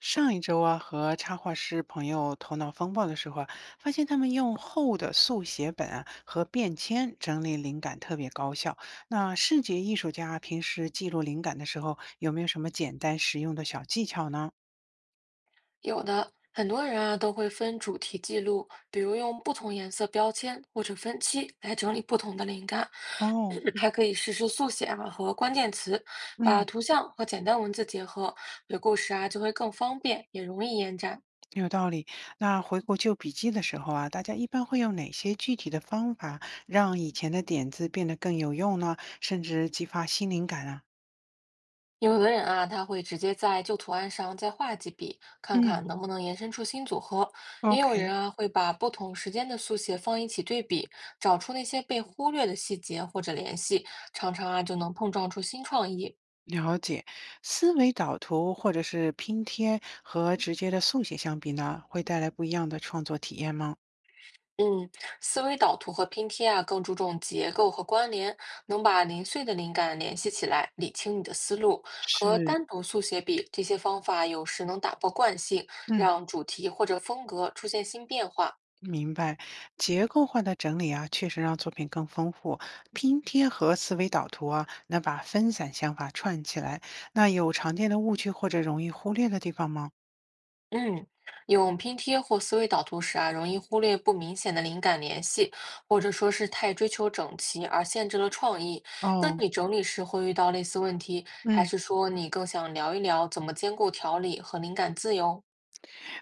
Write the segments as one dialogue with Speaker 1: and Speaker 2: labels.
Speaker 1: 上一周啊，和插画师朋友头脑风暴的时候啊，发现他们用厚的速写本啊和便签整理灵感特别高效。那视觉艺术家平时记录灵感的时候，有没有什么简单实用的小技巧呢？
Speaker 2: 有的，很多人啊都会分主题记录，比如用不同颜色标签或者分期来整理不同的灵感，
Speaker 1: 哦，
Speaker 2: 还可以实时速写啊和关键词，把
Speaker 1: 嗯，
Speaker 2: 图像和简单文字结合，有故事啊就会更方便，也容易延展。
Speaker 1: 有道理。那回顾旧笔记的时候啊，大家一般会用哪些具体的方法让以前的点子变得更有用呢？甚至激发新灵感啊？
Speaker 2: 有的人啊，他会直接在旧图案上再画几笔，看
Speaker 1: 嗯
Speaker 2: 看能不能延伸出新组合；也有
Speaker 1: ，OK。
Speaker 2: 人啊，会把不同时间的速写放一起对比，找出那些被忽略的细节或者联系，常常啊就能碰撞出新创意。
Speaker 1: 了解，思维导图或者是拼贴和直接的速写相比呢，会带来不一样的创作体验吗？
Speaker 2: 嗯，思维导图和拼贴啊，更注重结构和关联，能把零碎的灵感联系起来，理清你的思路。和
Speaker 1: 是，
Speaker 2: 单独速写比，这些方法有时能打破惯性，
Speaker 1: 嗯，
Speaker 2: 让主题或者风格出现新变化。
Speaker 1: 明白。结构化的整理啊，确实让作品更丰富。拼贴和思维导图啊，能把分散想法串起来。那有常见的误区或者容易忽略的地方吗？
Speaker 2: 嗯，用拼贴或思维导图时啊，容易忽略不明显的灵感联系，或者说是太追求整齐而限制了创意。那
Speaker 1: 哦，
Speaker 2: 你整理时会遇到类似问题，还
Speaker 1: 嗯。
Speaker 2: 是说你更想聊一聊怎么兼顾条理和灵感自由？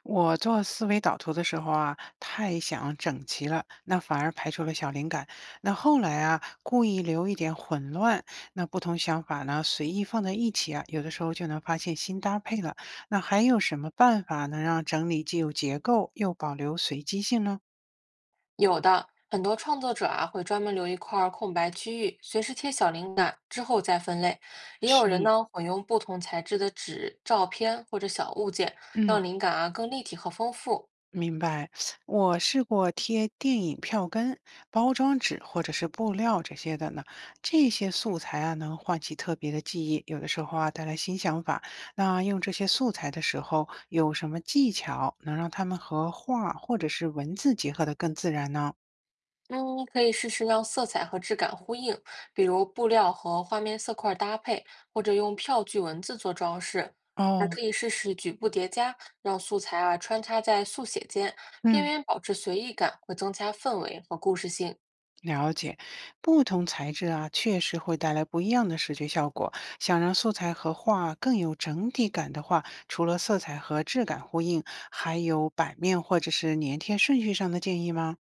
Speaker 1: 我做思维导图的时候啊，太想整齐了，那反而排除了小灵感。那后来啊，故意留一点混乱，那不同想法呢，随意放在一起啊，有的时候就能发现新搭配了。那还有什么办法能让整理既有结构又保留随机性呢？
Speaker 2: 有的，很多创作者啊会专门留一块儿空白区域，随时贴小灵感，之后再分类。也有
Speaker 1: 是，
Speaker 2: 人呢混用不同材质的纸、照片或者小物件，
Speaker 1: 嗯。
Speaker 2: 让灵感啊更立体和丰富。
Speaker 1: 明白，我试过贴电影票根、包装纸或者是布料这些的呢。这些素材啊，能唤起特别的记忆，有的时候啊，带来新想法。那用这些素材的时候，有什么技巧能让他们和画或者是文字结合的更自然呢？
Speaker 2: 嗯，可以试试让色彩和质感呼应，比如布料和画面色块搭配，或者用票据文字做装饰。还
Speaker 1: 哦，
Speaker 2: 可以试试局部叠加，让素材啊穿插在速写间，边
Speaker 1: 嗯。
Speaker 2: 缘保持随意感，会增加氛围和故事性。
Speaker 1: 了解，不同材质啊，确实会带来不一样的视觉效果。想让素材和画更有整体感的话，除了色彩和质感呼应，还有版面或者是粘贴顺序上的建议吗？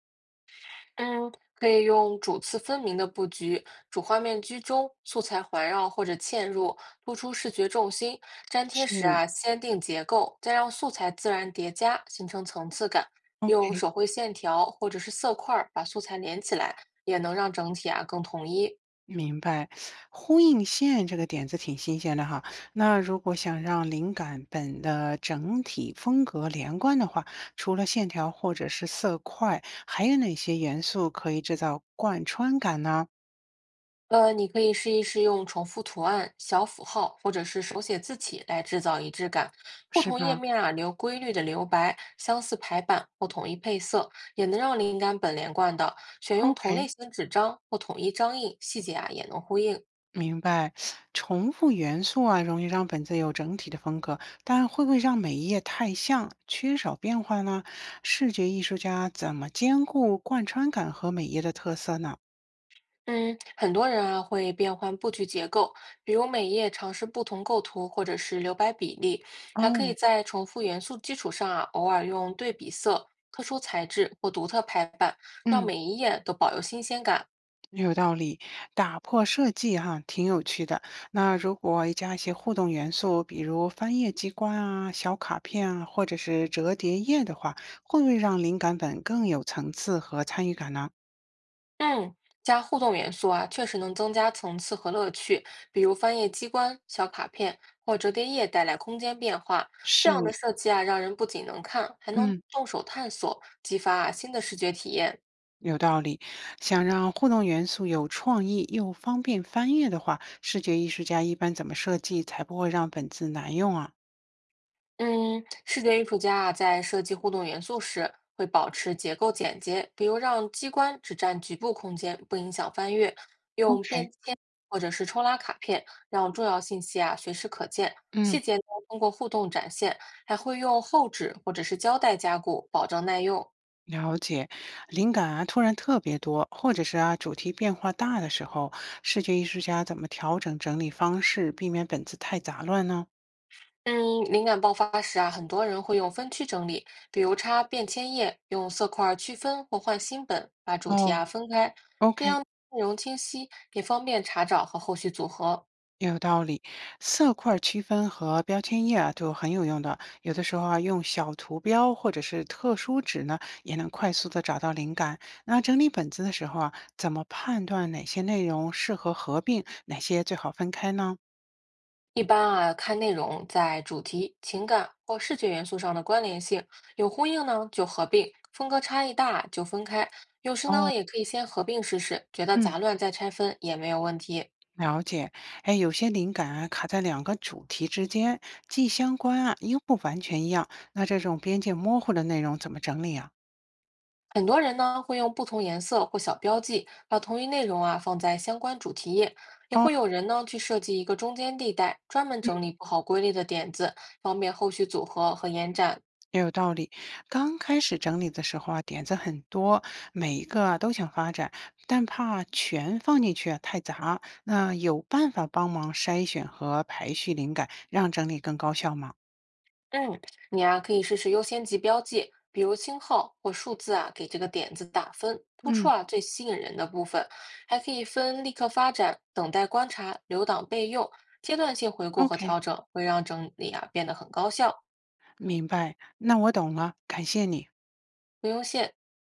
Speaker 2: 嗯，可以用主次分明的布局，主画面居中，素材环绕或者嵌入，突出视觉重心。粘贴
Speaker 1: 是，
Speaker 2: 时啊，先定结构，再让素材自然叠加，形成层次感。用
Speaker 1: OK，
Speaker 2: 手绘线条或者是色块儿把素材连起来，也能让整体啊更统一。
Speaker 1: 明白。呼应线这个点子挺新鲜的哈。那如果想让灵感本的整体风格连贯的话，除了线条或者是色块，还有哪些元素可以制造贯穿感呢？
Speaker 2: 你可以试一试用重复图案、小符号或者是手写字体来制造一致感。不
Speaker 1: 是
Speaker 2: 同页
Speaker 1: 吧？
Speaker 2: 面啊留规律的留白，相似排版或统一配色，也能让灵感本连贯的。选用同类
Speaker 1: OK，
Speaker 2: 型纸张或统一章印，细节啊也能呼应。
Speaker 1: 明白。重复元素啊，容易让本子有整体的风格，但会不会让每一页太像，缺少变化呢？视觉艺术家怎么兼顾贯穿感和每页的特色呢？
Speaker 2: 嗯，很多人啊会变换布局结构，比如每页尝试不同构图或者是留白比例，还可以
Speaker 1: 哦，
Speaker 2: 在重复元素基础上啊，偶尔用对比色、特殊材质或独特排版，让
Speaker 1: 嗯，
Speaker 2: 每一页都保有新鲜感。
Speaker 1: 有道理，打破设计哈，挺有趣的。那如果加一些互动元素，比如翻页机关啊、小卡片啊，或者是折叠页的话，会不会让灵感本更有层次和参与感呢？
Speaker 2: 嗯，加互动元素啊，确实能增加层次和乐趣，比如翻页机关、小卡片或折叠页带来空间变化。这样的
Speaker 1: 是，
Speaker 2: 设计啊，让人不仅能看，还能
Speaker 1: 嗯。
Speaker 2: 动手探索，激发啊新的视觉体验。
Speaker 1: 有道理，想让互动元素有创意又方便翻阅的话，视觉艺术家一般怎么设计才不会让本子难用啊
Speaker 2: 嗯，视觉艺术家啊，在设计互动元素时，会保持结构简洁，比如让机关只占局部空间，不影响翻阅；用
Speaker 1: ？OK，
Speaker 2: 便签或者是抽拉卡片，让重要信息啊随时可见。
Speaker 1: 嗯，
Speaker 2: 细节呢，通过互动展现，还会用厚纸或者是胶带加固，保证耐用。
Speaker 1: 了解。灵感啊突然特别多，或者是啊主题变化大的时候，视觉艺术家怎么调整整理方式，避免本子太杂乱呢？
Speaker 2: 嗯，灵感爆发时啊，很多人会用分区整理，比如插便签页，用色块儿区分或换新本，把主题
Speaker 1: 哦
Speaker 2: 啊分开，这
Speaker 1: ，OK。
Speaker 2: 样内容清晰，也方便查找和后续组合。
Speaker 1: 有道理，色块儿区分和标签页啊就很有用的。有的时候啊，用小图标或者是特殊纸呢，也能快速的找到灵感。那整理本子的时候啊，怎么判断哪些内容适合合并，哪些最好分开呢？
Speaker 2: 一般啊，看内容在主题、情感或视觉元素上的关联性，有呼应呢就合并，风格差异大就分开。有时
Speaker 1: 哦，
Speaker 2: 呢，也可以先合并试试，觉得
Speaker 1: 嗯，
Speaker 2: 杂乱再拆分也没有问题。
Speaker 1: 了解。哎，有些灵感啊卡在两个主题之间，既相关啊又不完全一样。那这种边界模糊的内容怎么整理啊？
Speaker 2: 很多人呢会用不同颜色或小标记把同一内容啊放在相关主题页，也会
Speaker 1: 哦。
Speaker 2: 有人呢去设计一个中间地带，专门整理不好归类的点子，方便后续组合和延展。
Speaker 1: 也有道理。刚开始整理的时候啊，点子很多，每一个啊都想发展，但怕全放进去啊太杂。那有办法帮忙筛选和排序灵感，让整理更高效吗？
Speaker 2: 嗯，你啊可以试试优先级标记，比如星号或数字啊，给这个点子打分，突出
Speaker 1: 嗯
Speaker 2: 啊最吸引人的部分。还可以分立刻发展、等待观察、留档备用、阶段性回顾和
Speaker 1: ，OK，
Speaker 2: 调整，会让整理啊变得很高效，
Speaker 1: 明白。那我懂了，感谢你。
Speaker 2: 不用线。